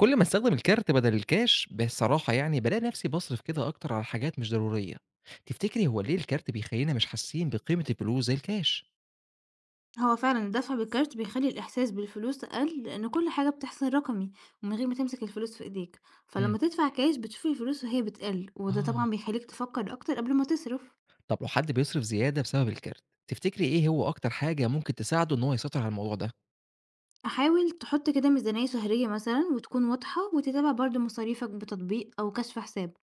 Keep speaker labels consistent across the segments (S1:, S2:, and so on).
S1: كل ما استخدم الكارت بدل الكاش بصراحة يعني بالاقي نفسي باصرف كده أكتر على حاجات مش ضرورية، تفتكري هو ليه الكارت بيخلينا مش حاسين بقيمة الفلوس زي الكاش؟
S2: هو فعلًا الدفع بالكارت بيخلّي الإحساس بالفلوس أقل، لأن كل حاجة بتحصل رقمي ومن غير ما تمسك الفلوس في إيديك،
S1: امم
S2: فلما تدفع كاش بتشوف الفلوس وهي بتقل، وده
S1: آه.
S2: طبعًا بيخلّيك تفكّر أكتر قبل ما تصرف.
S1: طب لو حد بيصرف زيادة بسبب الكارت، تفتكري إيه هو أكتر حاجة ممكن تساعده إن هو يسيطر على الموضوع ده؟
S2: حاول تحط كده ميزانية شهرية مثلًا وتكون واضحة، وتتابع برضه مصاريفك بتطبيق أو كشف حساب.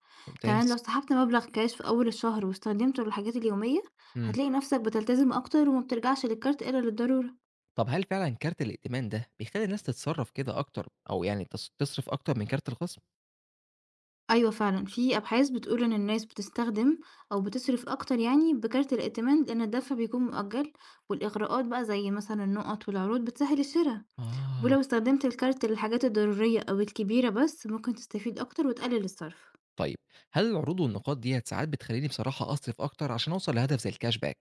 S2: كمان
S1: ممتاز.
S2: لو سحبت مبلغ كاش في أول الشهر واستخدمته للحاجات اليومية،
S1: امم
S2: هتلاقي نفسك بتلتزم أكتر وما بترجعش للكارت إلا للضرورة.
S1: طب هل فعلا كارت الائتمان ده بيخلي الناس تتصرف كده أكتر أو يعني تصرف أكتر من كارت الخصم؟
S2: أيوه فعلًا، في أبحاث بتقول إن الناس بتستخدم أو بتصرف أكتر يعني بكارت الائتمان، لأن الدفع بيكون مؤجل، والإغراءات بقى زي مثلًا النقط والعروض بتسهل الشرا،
S1: آه.
S2: ولو استخدمت الكارت للحاجات الضرورية أو الكبيرة بس ممكن تستفيد أكتر وتقلل الصرف.
S1: طيب هل العروض والنقاط ديّة ساعات بتخلّيني بصراحة أصرف أكتر عشان أوصل لهدف زي الكاش باك،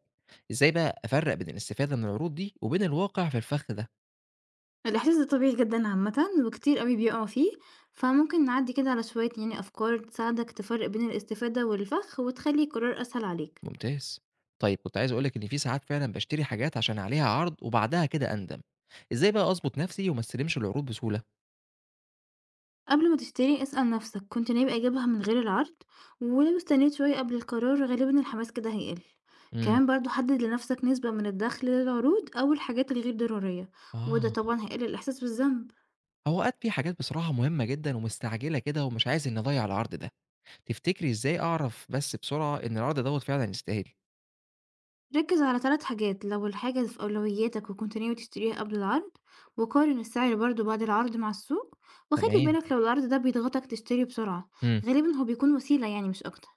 S1: إزاي بقى أفرّق بين الاستفادة من العروض دي وبين الواقع في الفخ ده؟
S2: الإحساس ده طبيعي جدًا عامةً وكتير أوي بيقعوا فيه، فممكن نعدي كده على شوية يعني أفكار تساعدك تفرق بين الاستفادة والفخ وتخلي القرار أسهل عليك.
S1: ممتاز. طيب كنت عايز أقول لك إن في ساعات فعلًا باشتري حاجات عشان عليها عرض وبعدها كده أندم، إزاي بقى أضبط نفسي وما استلمش العروض بسهولة؟
S2: قبل ما تشتري اسأل نفسك كنت ناوي أجيبها من غير العرض، ولو استنيت شوية قبل القرار غالبا الحماس كده هيقل.
S1: إمم،
S2: كمان برضو حدد لنفسك نسبة من الدخل للعروض أو الحاجات الغير ضرورية، وده
S1: آه،
S2: طبعا هيقلل الإحساس بالذنب.
S1: هو أوقات في حاجات بصراحة مهمة جدًا ومستعجلة كده ومش عايز إني أضيّع العرض ده، تفتكري إزاي أعرف بس بسرعة إن العرض دوّة فعلًا يستاهل؟
S2: ركز على ثلاث حاجات: لو الحاجة في أولوياتك وكنت ناوي تشتريها قبل العرض، وقارن السعر برضو بعد العرض مع السوق، وخلي
S1: تمام،
S2: بالك لو العرض ده بيضغطك تشتري بسرعة.
S1: إمم.
S2: غالبا هو بيكون وسيلة يعني مش أكتر.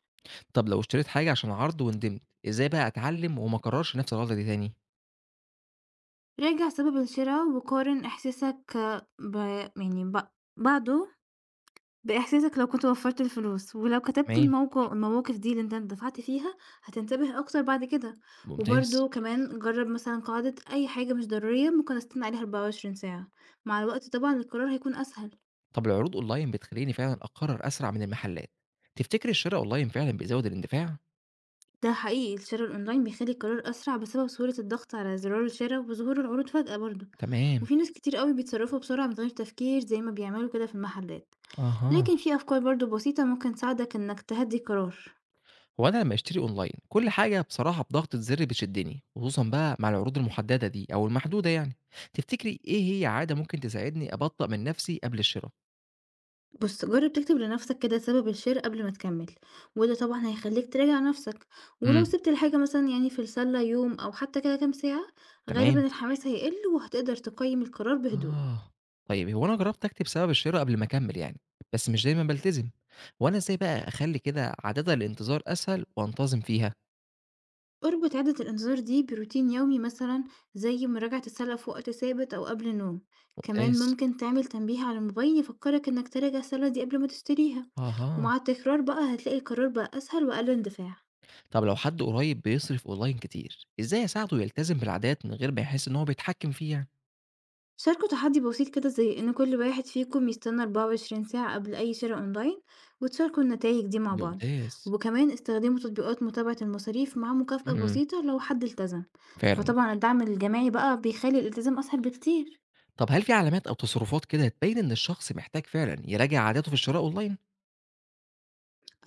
S1: طب لو اشتريت حاجة عشان عرض وندمت، إزاي بقى أتعلم وما أكررش نفس الغلطة دي تاني؟
S2: راجع سبب الشراء وقارن إحساسك ب... يعني بعده بإحساسك لو كنت وفّرت الفلوس، ولو كتبت
S1: تمام.
S2: الموقع المواقف دي اللي أنت دفعت فيها، هتنتبه أكتر بعد كده،
S1: ممتاز.
S2: وبرضه كمان جرّب مثلًا قاعدة أي حاجة مش ضرورية ممكن أستنى عليها 24 ساعة، مع الوقت طبعًا القرار هيكون أسهل.
S1: طب العروض أونلاين بتخليني فعلًا أقرر أسرع من المحلات، تفتكر الشراء أونلاين فعلًا بيزود الاندفاع؟
S2: ده حقيقي الشرا الأونلاين بيخلّي القرار أسرع بسبب سهولة الضغط على زرار الشرا وظهور العروض فجأة برضه،
S1: تمام.
S2: وفي ناس كتير أوي بيتصرّفوا بسرعة من غير تفكير زي ما بيعملوا كده في المحلات،
S1: اها.
S2: لكن في أفكار برضه بسيطة ممكن تساعدك إنك تهدّي القرار.
S1: هو أنا لما أشتري أونلاين كل حاجة بصراحة بضغطة زر بتشدني، خصوصًا بقى مع العروض المحددة دي أو المحدودة يعني، تفتكري إيه هي عادة ممكن تساعدني أبطأ من نفسي قبل الشراء؟
S2: بص جرب تكتب لنفسك كده سبب الشير قبل ما تكمل، وده طبعا هيخليك تراجع نفسك، ولو
S1: امم
S2: سبت الحاجة مثلا يعني في السلة يوم أو حتى كده كام ساعة،
S1: تمام.
S2: غالبا الحماس هيقل وهتقدر تقيم القرار بهدوء.
S1: آه. طيب هو أنا جرّبت أكتب سبب الشِرا قبل ما أكمّل يعني، بس مش دايمًا بالتزم، هو أنا إزاي بقى أخلّي كده عادات الانتظار أسهل وأنتظم فيها؟
S2: اربط عادة الإنذار دي بروتين يومي مثلا زي مراجعة السلة في وقت ثابت أو قبل النوم. كمان
S1: ممتاز.
S2: ممكن تعمل تنبيه على الموبايل يفكرك إنك تراجع السلة دي قبل ما تشتريها،
S1: أها.
S2: ومع التكرار بقى هتلاقي القرار بقى أسهل وأقل اندفاع.
S1: طب لو حد قريب بيصرف أونلاين كتير، إزاي أساعده يلتزم بالعادات من غير ما يحس إن هو بيتحكّم فيه يعني؟
S2: شاركوا تحدي بسيط كده زي إن كل واحد فيكم يستنى 24 ساعة قبل أي شراء أونلاين، وتشاركوا النتائج دي مع بعض.
S1: ممتاز.
S2: وكمان استخدموا تطبيقات متابعة المصاريف مع مكافأة
S1: إمم،
S2: بسيطة لو حد التزم.
S1: فعلًا.
S2: فطبعا الدعم الجماعي بقى بيخلي الالتزام أسهل بكتير.
S1: طب هل في علامات أو تصرفات كده تبيّن إن الشخص محتاج فعلًا يراجع عاداته في الشراء أونلاين؟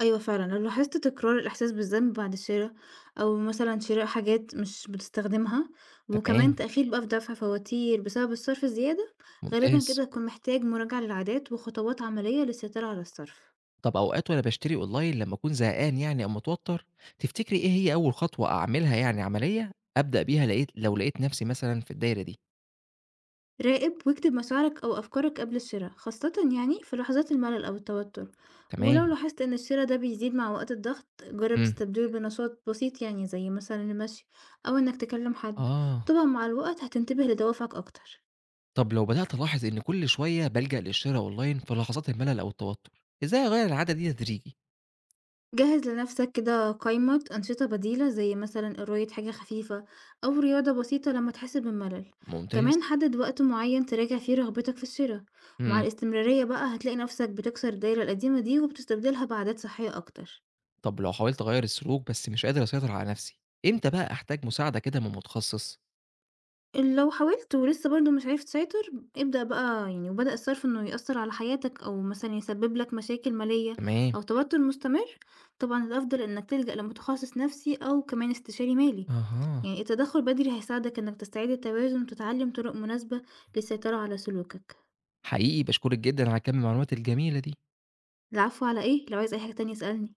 S2: أيوة فعلا لو لاحظت تكرار الإحساس بالذنب بعد الشراء أو مثلا شراء حاجات مش بتستخدمها،
S1: تمام،
S2: وكمان تأخير بقى في دفع فواتير بسبب الصرف الزيادة، غالبا
S1: ممتاز.
S2: كده تكون محتاج مراجعة للعادات وخطوات عملية للسيطرة على الصرف.
S1: طب أوقات وأنا باشتري أونلاين لمّا أكون زهقان يعني أو متوتر، تفتكري إيه هي أول خطوة أعملها يعني عملية أبدأ بيها لقيت لو لقيت نفسي مثلًا في الدايرة دي؟
S2: راقب واكتب مشاعرك أو أفكارك قبل الشراء خاصة يعني في لحظات الملل أو التوتر، ولو
S1: تمام،
S2: لاحظت إن الشراء ده بيزيد مع وقت الضغط جرب
S1: إمم،
S2: تستبدله بنشاط بسيط يعني زي مثلا المشي أو إنك تكلم حد.
S1: آه،
S2: طبعا مع الوقت هتنتبه لدوافعك أكتر.
S1: طب لو بدأت ألاحظ إن كل شوية بالجأ للشرا أونلاين في لحظات الملل أو التوتر، إزاي أغيّر العادة دي تدريجي؟
S2: جهز لنفسك كده قائمة أنشطة بديلة زي مثلا قراية حاجة خفيفة أو رياضة بسيطة لما تحس بالملل.
S1: ممتاز،
S2: كمان حدد وقت معين تراجع فيه رغبتك في الشراء، ومع
S1: إمم،
S2: الاستمرارية بقى هتلاقي نفسك بتكسر الدايرة القديمة دي وبتستبدلها بعادات صحية أكتر.
S1: طب لو حاولت أغيّر السلوك بس مش قادر أسيطر على نفسي، إمتى بقى أحتاج مساعدة كده من متخصص؟
S2: لو حاولت ولسه برضه مش عرفت تسيطر، ابدأ بقى يعني وبدأ الصرف إنه يأثّر على حياتك أو مثلًا يسبب لك مشاكل مالية
S1: تمام،
S2: أو توتر مستمر، طبعًا الأفضل إنك تلجأ لمتخصص نفسي أو كمان استشاري مالي،
S1: أها،
S2: يعني التدخل بدري هيساعدك إنك تستعيد التوازن وتتعلم طرق مناسبة للسيطرة على سلوكك.
S1: حقيقي باشكرِك جدًا على كم المعلومات الجميلة دي.
S2: العفو على إيه؟ لو عايز أي حاجة تانية اسألني.